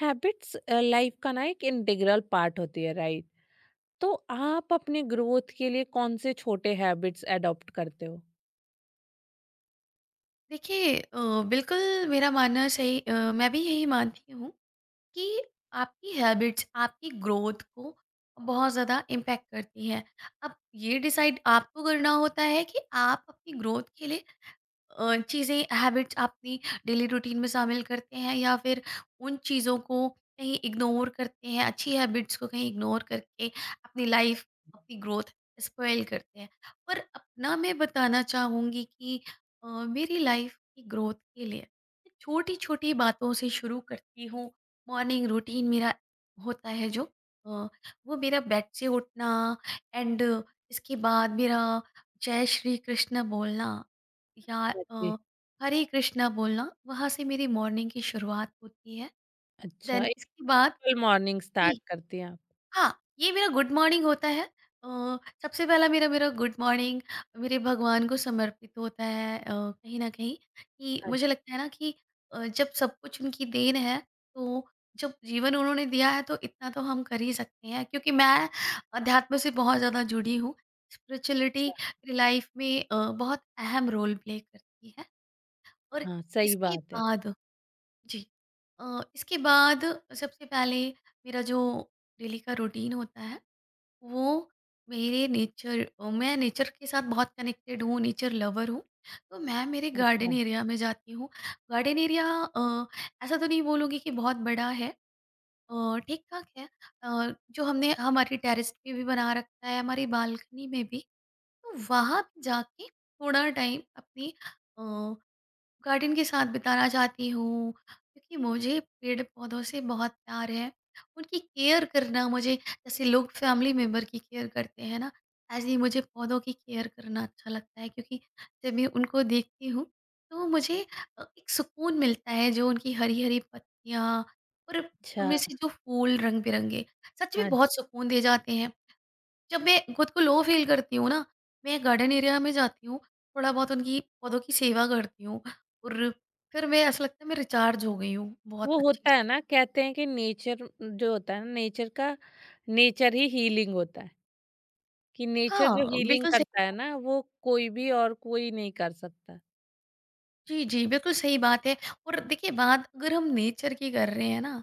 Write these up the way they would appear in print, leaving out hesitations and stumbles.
Habits life का ना एक इंटीग्रल पार्ट होती है राइट। तो आप अपने ग्रोथ के लिए कौन से छोटे हैबिट्स अडॉप्ट करते हो? देखिए बिल्कुल मेरा मानना सही मैं भी यही मानती हूँ कि आपकी हैबिट्स आपकी ग्रोथ को बहुत ज़्यादा इम्पैक्ट करती हैं। अब ये डिसाइड आपको करना होता है कि आप अपनी ग्रोथ के लिए चीज़ें हैबिट्स अपनी डेली रूटीन में शामिल करते हैं या फिर उन चीज़ों को कहीं इग्नोर करते हैं अच्छी हैबिट्स को कहीं इग्नोर करके अपनी लाइफ अपनी ग्रोथ स्पॉइल करते हैं। पर अपना मैं बताना चाहूँगी कि मेरी लाइफ की ग्रोथ के लिए छोटी छोटी बातों से शुरू करती हूँ। मॉर्निंग रूटीन मेरा होता है जो अ, वो मेरा बेड से उठना एंड इसके बाद मेरा जय श्री कृष्ण बोलना या हाँ जी। अ, हरे कृष्णा बोलना, वहाँ से मेरी मॉर्निंग की शुरुआत होती है। अच्छा, देन इसके बाद एक मॉर्निंग स्टार्ट जी, करती हैं आप। हाँ, ये मेरा गुड मॉर्निंग होता है। अ, सबसे पहला मेरा मेरा गुड मॉर्निंग मेरे भगवान को समर्पित होता है कहीं न कहीं कि हाँ मुझे जी। लगता है ना कि जब सब कुछ उनकी देन है, तो जब जीवन उन्होंने दिया है तो इतना तो हम कर ही सकते हैं। क्योंकि मैं अध्यात्म से बहुत ज़्यादा जुड़ी हूँ, स्पिरिचुअलिटी अच्छा। मेरी लाइफ में बहुत अहम रोल प्ले करती है। और हाँ सही इसके बात है। बाद जी इसके बाद सबसे पहले मेरा जो डेली का रूटीन होता है वो मेरे नेचर मैं नेचर के साथ बहुत कनेक्टेड हूँ नेचर लवर हूँ तो मैं मेरे अच्छा। गार्डन एरिया में जाती हूँ। गार्डन एरिया ऐसा तो नहीं बोलूँगी कि बहुत बड़ा है ठीक ठाक है जो हमने हमारी टेरेस पे भी बना रखा है हमारी बालकनी में भी तो वहाँ पे जाके थोड़ा टाइम अपनी गार्डन के साथ बिताना चाहती हूँ क्योंकि मुझे पेड़ पौधों से बहुत प्यार है। उनकी केयर करना मुझे जैसे लोग फैमिली मेंबर की केयर करते हैं ना, ऐसे ही मुझे पौधों की केयर करना अच्छा लगता है क्योंकि जब मैं उनको देखती हूँ तो मुझे एक सुकून मिलता है जो उनकी हरी-हरी पत्तियाँ और अच्छा। उनमें से जो फूल रंग-बिरंगे, सच में हाँ जी। बहुत सुकून दे जाते हैं। जब मैं खुद को लो फील करती हूँ ना, मैं गार्डन एरिया में जाती हूँ, थोड़ा बहुत उनकी पौधों की सेवा करती हूँ और फिर मैं ऐसा लगता है मैं रिचार्ज हो गई हूँ बहुत वो अच्छे होता है से। ना, कहते हैं कि नेचर जो होता है ना, नेचर का नेचर ही हीलिंग होता है। कि नेचर जो हाँ, हीलिंग बिल्कुल सही। करता है ना, वो कोई भी और कोई नहीं कर सकता। जी, जी, बिल्कुल सही बात है। और देखिए बात अगर हम नेचर की कर रहे हैं ना,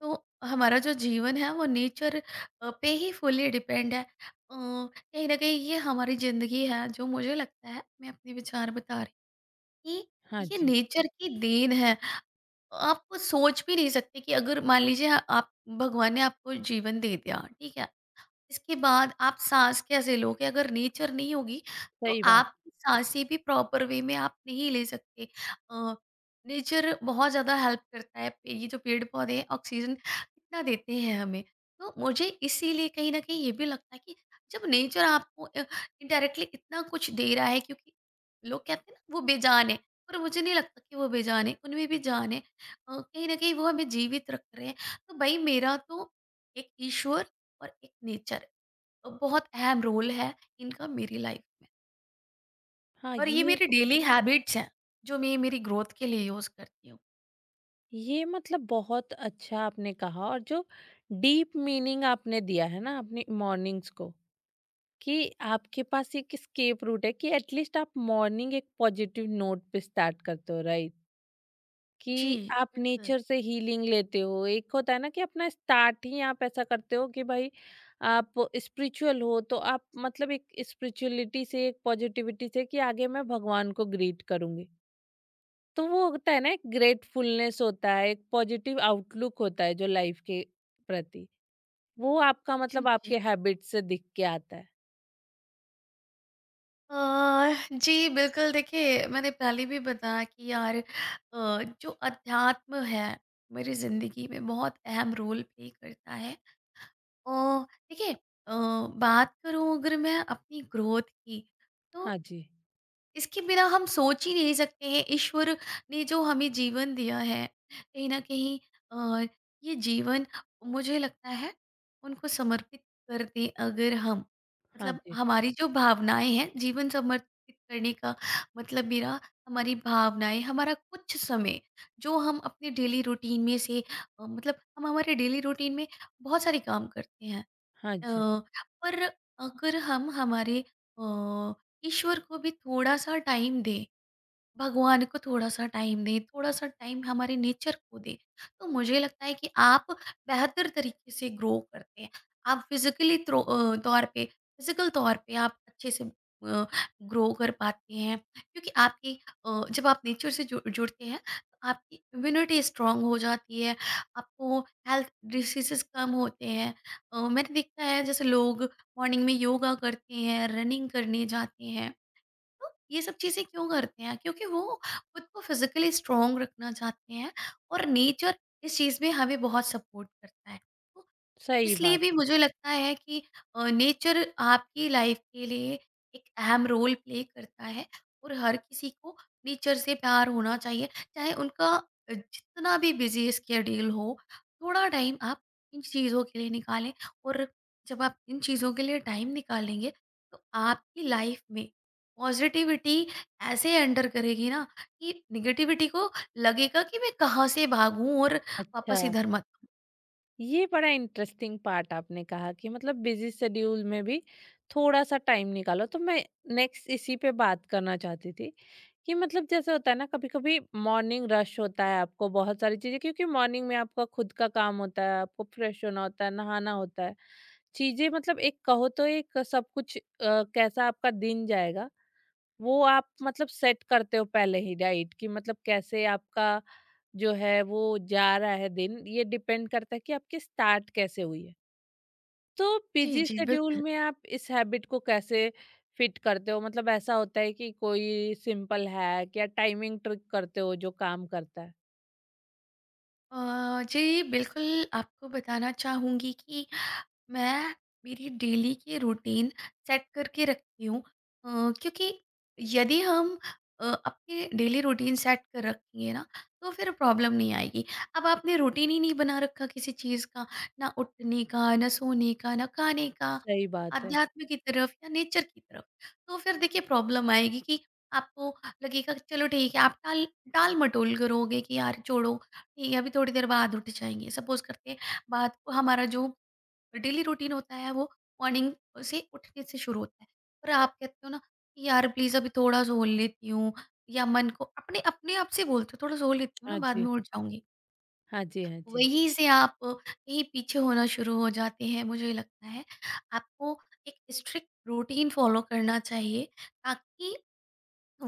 तो हमारा जो जीवन है वो नेचर पे ही फुल्ली डिपेंड है। कहीं न कहीं ये हमारी ज़िंदगी है जो मुझे लगता है मैं अपने विचार बता रही हूँ कि हाँ ये जी। नेचर की देन है। आप सोच भी नहीं सकते कि अगर मान लीजिए आप भगवान ने आपको जीवन दे दिया, ठीक है? इसके बाद आप साँस कैसे लोगे? अगर नेचर नहीं होगी, तो सही बात। आपकी साँसें भी प्रॉपर वे में आप नहीं ले सकते। अ, नेचर बहुत ज़्यादा हेल्प करता है। ये जो पेड़-पौधे हैं, ऑक्सीजन कितना देते हैं हमें। तो मुझे इसीलिए कहीं न कहीं ये भी लगता है कि जब नेचर आपको इनडायरेक्टली इतना कुछ दे रहा है क्योंकि लोग कहते हैं ना, वो बेजान है, पर मुझे नहीं लगता कि वो बेजान है, उनमें भी जान है। कहीं न कहीं वो हमें जीवित रख रहे हैं। तो भई मेरा तो एक ईश्वर और एक नेचर बहुत अहम रोल है इनका मेरी लाइफ में। हाँ और ये ये। मेरी डेली हैबिट्स हैं, जो मैं मेरी ग्रोथ के लिए यूज़ करती हूँ। ये मतलब बहुत अच्छा आपने कहा, और जो डीप मीनिंग आपने दिया है ना अपनी मॉर्निंग्स को, कि आपके पास एक स्केप रूट है, कि एटलीस्ट आप मॉर्निंग एक पॉजिटिव नोट पे स्टार्ट करते हो राइट। जी, कि आप बिल्कुल। नेचर से हीलिंग लेते हो, एक होता है ना कि अपना स्टार्ट ही आप ऐसा करते हो कि भाई आप स्पिरिचुअल हो, तो आप मतलब एक स्पिरिचुअलिटी से, एक पॉजिटिविटी से कि आगे मैं भगवान को ग्रीट करूंगी। तो वो होता है ना, एक ग्रेटफुलनेस होता है, एक पॉजिटिव आउटलुक होता है जो लाइफ के प्रति। वो आपका जी, मतलब जी। आपके हैबिट से दिख के आता है। अ, जी, बिल्कुल देखिए मैंने पहले भी बताया कि यार जो अध्यात्म है, मेरी ज़िंदगी में बहुत अहम रोल प्ले करता है। देखिए अ, बात करूँ अगर मैं अपनी ग्रोथ की तो हाँ जी, इसके बिना हम सोच ही नहीं सकते हैं। ईश्वर ने जो हमें जीवन दिया है कहीं ना कहीं अ, ये जीवन मुझे लगता है उनको समर्पित कर दें अगर हम हाँ मतलब जी, हमारी जो भावनाएं हैं जीवन समर्पित करने का मतलब मेरा हमारी भावनाएं हमारा कुछ समय जो हम अपने डेली रूटीन में से मतलब हम हमारे डेली रूटीन में बहुत सारे काम करते हैं। हाँ जी। अ, पर अगर हम हमारे अ, ईश्वर को भी थोड़ा सा टाइम दें भगवान को थोड़ा-सा टाइम दें, थोड़ा-सा टाइम हमारे नेचर को दें, तो मुझे लगता है कि आप बेहतर तरीके से ग्रो करते हैं। आप फिज़िकली तौर पे फिज़िकल तौर पे आप अच्छे से ग्रो कर पाते हैं क्योंकि आपकी जब आप नेचर से जुड़ते हैं, तो आपकी इम्यूनिटी स्ट्रॉन्ग हो जाती है, आपको हेल्थ डिसीज़ेज़ कम होते हैं। मैंने देखा है जैसे लोग मॉर्निंग में योगा करते हैं, रनिंग करने जाते हैं। तो ये सब चीज़ें क्यों करते हैं? क्योंकि वो खुद को फिज़िकली स्ट्रॉन्ग रखना चाहते हैं और नेचर इस चीज़ में हमें बहुत सपोर्ट करता है। तो सही इसलिए बात भी है। मुझे लगता है कि नेचर आपकी लाइफ के लिए एक अहम रोल प्ले करता है और हर किसी को नेचर से प्यार होना चाहिए चाहे उनका जितना भी बिजी स्केड्यूल हो थोड़ा टाइम आप इन चीज़ों के लिए निकालें और जब आप इन चीज़ों के लिए टाइम निकालेंगे तो आपकी लाइफ में पॉजिटिविटी ऐसे एंटर करेगी ना कि निगेटिविटी को लगेगा कि मैं कहाँ से भागूं और अच्छा, वापस इधर मत आऊं। ये बड़ा इंटरेस्टिंग पार्ट आपने कहा कि मतलब बिज़ी शेड्यूल में भी थोड़ा-सा टाइम निकालो। तो मैं नेक्स्ट इसी पे बात करना चाहती थी कि मतलब जैसे होता है ना, कभी-कभी मॉर्निंग रश होता है, आपको बहुत सारी चीज़ें, क्योंकि मॉर्निंग में आपका खुद का काम होता है, आपको फ्रेश होना होता है, नहाना होता है। चीज़ें मतलब एक कहो तो एक सब कुछ कैसा आपका दिन जाएगा, वो आप मतलब सेट करते हो पहले ही डाइट, कि मतलब कैसे आपका जो है वो जा रहा है दिन, ये डिपेंड करता है कि आपकी स्टार्ट कैसे हुई है। तो जी बिजी जी शेड्यूल बिल्कुल। में आप इस हैबिट को कैसे फिट करते हो? मतलब ऐसा होता है कि कोई सिंपल हैक या टाइमिंग ट्रिक करते हो जो काम करता है? जी बिल्कुल आपको बताना चाहूँगी कि मैं मेरी डेली की रूटीन सेट करके रखती हूँ अ, क्योंकि यदि हम अपनी डेली रूटीन सेट कर रखेंगे ना तो फिर प्रॉब्लम नहीं आएगी। अब आपने रूटीन ही नहीं बना रखा किसी चीज़ का ना उठने का ना सोने का ना खाने का सही बात है। आध्यात्म की तरफ या नेचर की तरफ तो फिर देखिए प्रॉब्लम आएगी कि आपको लगेगा कि चलो ठीक है आप टाल टाल मटोल करोगे कि यार छोड़ो ठीक है अभी थोड़ी देर बाद उठ जाएंगे सपोज करते हैं बात को। हमारा जो डेली रूटीन होता है वो मॉर्निंग से उठने से शुरू होता है। पर आप कहते हो ना कि यार प्लीज अभी थोड़ा सो लेती हूँ या मन को अपने अपने आप से बोलते हो थोड़ा सो लेती हूँ ना हाँ बाद जी, में उठ जाऊंगी। हाँ जी, हाँ जी। वहीं से आप कहीं पीछे होना शुरू हो जाते हैं मुझे लगता है आपको एक स्ट्रिक्ट रूटीन फॉलो करना चाहिए ताकि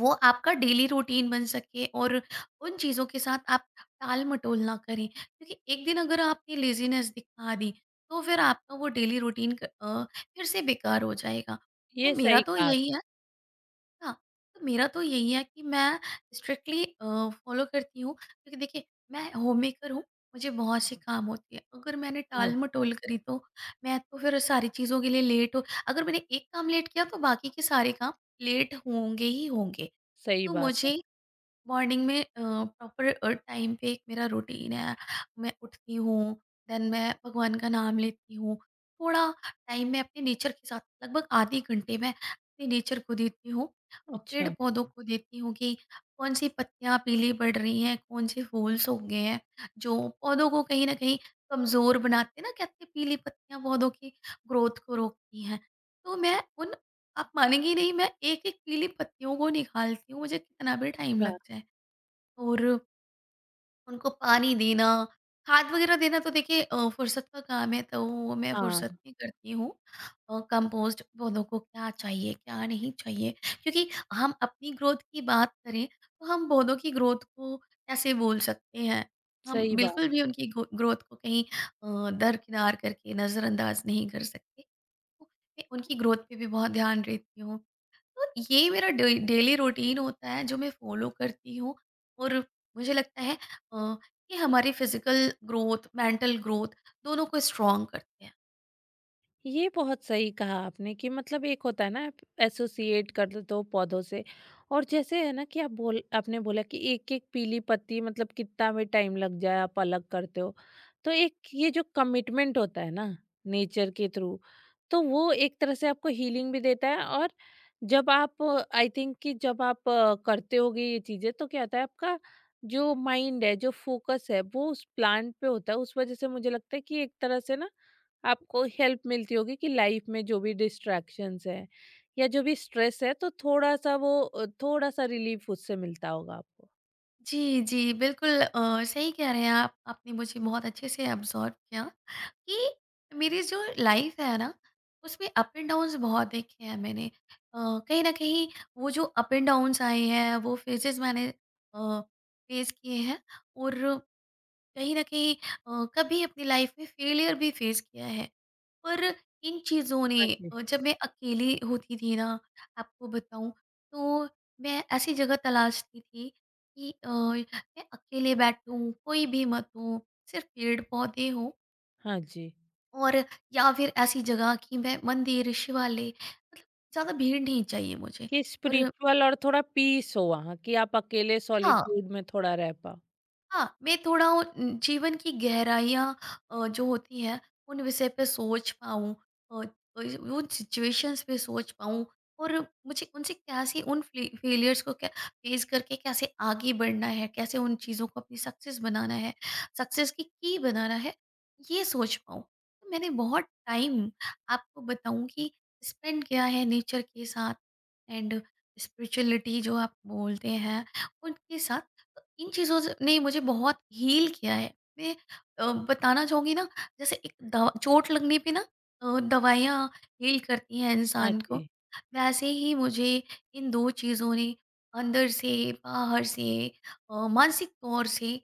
वो आपका डेली रूटीन बन सके और उन चीज़ों के साथ आप टाल-मटोल ना करें। क्योंकि एक दिन अगर आपने लेज़ीनेस दिखा दी, तो फिर आपका वो डेली रूटीन फिर से बेकार हो जाएगा। तो ये मेरा सही तो कहा यही आपने। है। हाँ, तो मेरा तो यही है कि मैं स्ट्रिक्टली फ़ॉलो करती हूँ क्योंकि देखिए मैं होममेकर हूँ, मुझे बहुत से काम होते हैं। अगर मैंने हाँ जी। टाल-मटोल करी तो मैं तो फिर सारी चीज़ों के लिए लेट हो। अगर मैंने एक काम लेट किया तो बाकी के सारे काम लेट होंगे ही होंगे। सही तो बात है। मुझे मॉर्निंग में प्रॉपर टाइम पे एक मेरा रूटीन है मैं उठती हूँ देन मैं भगवान का नाम लेती हूँ थोड़ा टाइम मैं अपने नेचर के साथ लगभग आधे घंटे में अपने नेचर को देती हूँ पेड़ अच्छा। पौधों को देती हूँ कि कौन सी पत्तियाँ पीली पड़ रही हैं कौन से फूल सूख गए हैं जो पौधों को कहीं ना कहीं कमज़ोर बनाते हैं ना कहते हैं पीली पत्तियाँ पौधों की ग्रोथ को रोकती हैं। तो मैं उन आप मानेंगी नहीं मैं एक-एक पीली पत्तियों को निकालती हूँ, मुझे कितना भी टाइम लग जाए और उनको पानी देना, खाद वग़ैरह देना तो देखिए फ़ुर्सत का काम है तो वो मैं हाँ, फ़ुर्सत में करती हूँ। कंपोस्ट पौधों को क्या चाहिए, क्या नहीं चाहिए क्योंकि हम अपनी ग्रोथ की बात करें तो हम पौधों की ग्रोथ को कैसे बोल सकते हैं? हम सही बात। बिल्कुल भी उनकी गो ग्रोथ को कहीं दरकिनार करके नज़रअंदाज़ नहीं कर सकते। तो मैं उनकी ग्रोथ पे भी बहुत ध्यान देती हूँ। तो ये मेरा डे डेली रूटीन होता है जो मैं फॉलो करती हूँ और मुझे लगता है अ, ये हमारी फिजिकल ग्रोथ, मेंटल ग्रोथ दोनों को स्ट्रॉन्ग करते हैं। ये बहुत सही कहा आपने कि मतलब एक होता है ना, आप एसोसिएट कर देते हो पौधों से। और जैसे है ना कि आप बोल, आपने बोला कि एक-एक पीली पत्ती मतलब कितना भी टाइम लग जाए आप अलग करते हो। तो एक ये जो कमिटमेंट होता है ना नेचर के थ्रू, तो वो एक तरह से आपको हीलिंग भी देता है। और जब आप आई थिंक कि जब आप करते होगे ये चीज़ें, तो क्या होता है आपका जो माइंड है, जो फोकस है, वो उस प्लांट पे होता है। उस वज़ह से मुझे लगता है कि एक तरह से ना आपको हेल्प मिलती होगी कि लाइफ में जो भी डिस्ट्रैक्शंस है या जो भी स्ट्रेस है, तो थोड़ा सा वो थोड़ा सा रिलीफ उससे मिलता होगा आपको। जी, जी, बिल्कुल सही कह रहे हैं आप। आपने मुझे बहुत अच्छे से ऑब्ज़र्व किया कि मेरी जो लाइफ़ है ना, उसमें अप एंड डाउन्स बहुत देखे हैं मैंने। कहीं न कहीं वो जो अप एंड डाउन्स आए हैं, वो फेजेज़ मैंने अ, फेस किए हैं और कहीं न कहीं कभी अपनी लाइफ में फेलियर भी फेस किया है। पर इन चीज़ों ने हाँ जी, जब मैं अकेली होती थी ना आपको बताऊँ तो मैं ऐसी जगह तलाशती थी कि मैं अकेले बैठूँ, कोई भी मत हो, सिर्फ़ पेड़-पौधे हों हाँ जी। और या फिर ऐसी जगह कि मैं मंदिर, शिवालय मतलब ज़्यादा भीड़ नहीं चाहिए मुझे। कि और स्पिरिचुअल और थोड़ा पीस हो वहाँ, कि आप अकेले हाँ, सॉलिट्यूड में थोड़ा रह पाओ। हाँ, मैं थोड़ा उन जीवन की गहराइयाँ जो होती हैं उन विषय पे सोच पाऊँ अ, उस उन सिचुएशंस पे सोच पाऊँ और मुझे उनसे कैसे उन फ़्ले फ़ेलियर्स को कै फ़ेस करके कैसे आगे बढ़ना है, कैसे उन चीज़ों को अपनी सक्सेस बनाना है, सक्सेस की बनाना है, ये सोच पाऊँ। तो मैंने बहुत टाइम आपको बताऊँ कि स्पेंड किया है नेचर के साथ एंड स्पिरिचुअलिटी जो आप बोलते हैं, उनके साथ इन चीज़ों से ने मुझे बहुत हील किया है। मैं बताना चाहूँगी ना जैसे एक दवा चोट लगने पे ना दवाइयाँ हील करती हैं हाँ इंसान को, जी। वैसे ही मुझे इन 2 चीज़ों ने अंदर से, बाहर से मानसिक तौर से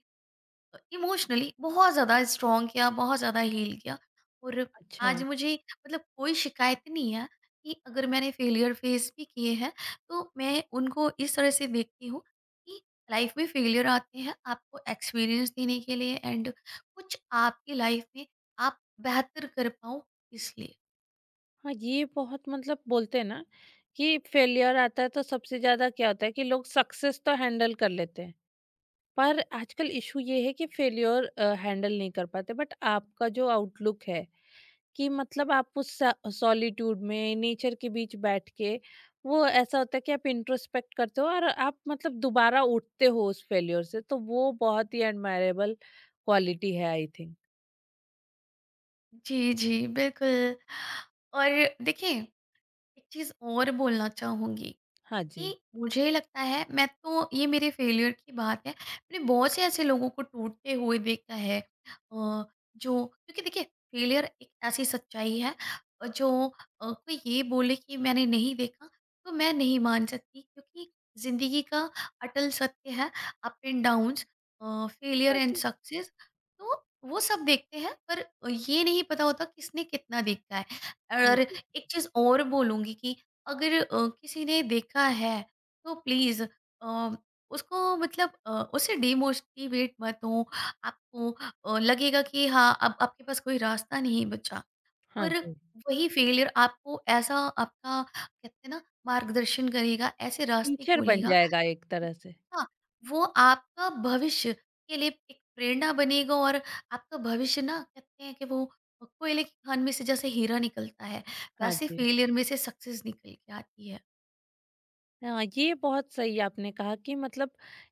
इमोशनली बहुत ज़्यादा स्ट्रॉन्ग किया, बहुत ज़्यादा हील किया। और अच्छा। आज मुझे मतलब कोई शिकायत नहीं है कि अगर मैंने फेलियर फेस भी किए हैं, तो मैं उनको इस तरह से देखती हूँ कि लाइफ में फेलियर आते हैं आपको एक्सपीरियंस देने के लिए एंड कुछ आपकी लाइफ में आप बेहतर कर पाओ इसलिए। हाँ ये बहुत मतलब बोलते हैं ना कि फेलियर आता है, तो सबसे ज्यादा क्या होता है कि लोग सक्सेस तो हैंडल कर लेते हैं, पर आजकल इशू ये है कि फेलियर हैंडल नहीं कर पाते। बट आपका जो आउटलुक है, कि मतलब आप उस सॉलिट्यूड में नेचर के बीच बैठ के, वो ऐसा होता है कि आप इंट्रोस्पेक्ट करते हो और आप मतलब दोबारा उठते हो उस फेल्योर से, तो वो बहुत ही एडमायरेबल क्वालिटी है आई थिंक। जी, जी, बिल्कुल। और देखिए, एक चीज़ और बोलना चाहूँगी हाँ जी, कि मुझे लगता है मैं तो ये मेरे फेलियर की बात है मैंने बहुत से ऐसे लोगों को टूटते हुए देखा है अ, जो क्योंकि देखिए फेलियर एक ऐसी सच्चाई है जो कोई ये बोले कि मैंने नहीं देखा तो मैं नहीं मान सकती क्योंकि जिंदगी का अटल सत्य है अप एंड डाउन्स फेलियर हाँ एंड जी, सक्सेस। तो वो सब देखते हैं पर ये नहीं पता होता किसने कितना देखा है हाँ और जी, एक चीज और बोलूंगी कि अगर किसी ने देखा है तो प्लीज़ अ, उसको मतलब उससे डिमोटिवेट मत हो। आपको लगेगा कि हाँ, अब आपके पास कोई रास्ता नहीं बचा। हाँ पर जी। वही फेलियर आपको ऐसा आपका कहते हैं ना मार्गदर्शन करेगा, ऐसे रास्ते टीचर बन खोलेगा। जाएगा एक तरह से। हाँ, वो आपका भविष्य के लिए एक प्रेरणा बनेगा और आपका भविष्य ना कहते हैं कि वो कोयले की खान में से जैसे हीरा निकलता है, हाँ वैसे जी। फेलियर में से सक्सेस निकल के आती है। हाँ ये बहुत सही आपने कहा कि मतलब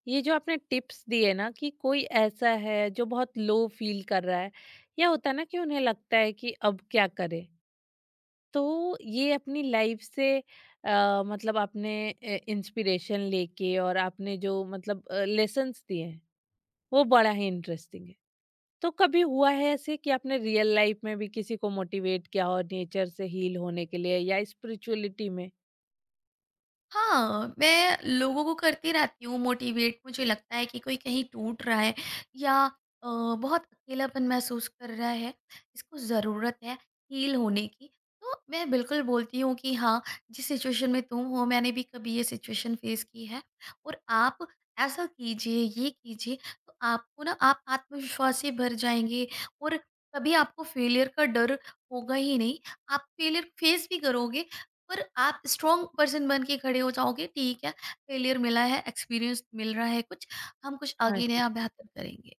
ये जो आपने टिप्स दिए ना कि कोई ऐसा है जो बहुत लो फील कर रहा है, या होता है ना कि उन्हें लगता है कि अब क्या करें। तो ये अपनी लाइफ से मतलब आपने इंस्पिरेशन लेके और आपने जो मतलब लेसन्स दिए हैं, वो बड़ा ही इंटरेस्टिंग है। तो कभी हुआ है ऐसे कि आपने रियल लाइफ में भी किसी को मोटिवेट किया हो नेचर से हील होने के लिए या स्पिरिचुअलिटी में? हाँ, मैं लोगों को करती रहती हूँ मोटिवेट मुझे लगता है कि कोई कहीं टूट रहा है या अ, बहुत अकेलापन महसूस कर रहा है, इसको ज़रूरत है हील होने की। तो मैं बिल्कुल बोलती हूँ कि हाँ, जिस सिचुएशन में तुम हो मैंने भी कभी ये सिचुएशन फ़ेस की है और आप ऐसा कीजिए, ये कीजिए तो आपको ना आप आत्मविश्वास से भर जाएँगे और कभी आपको फेलियर का डर होगा ही नहीं। आप फेलियर फ़ेस भी करोगे पर आप स्ट्रॉन्ग पर्सन बन के खड़े हो जाओगे ठीक है फेलियर मिला है एक्सपीरियंस मिल रहा है कुछ हम कुछ हाँ आगे जी। नया बेहतर करेंगे।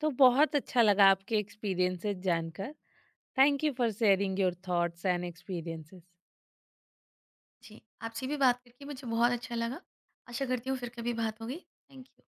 तो बहुत अच्छा लगा आपके एक्सपीरियंसेस जानकर। Thank you for sharing your thoughts and experiences. जी आपसे भी बात करके मुझे बहुत अच्छा लगा। आशा करती हूँ फिर कभी बात होगी। Thank you.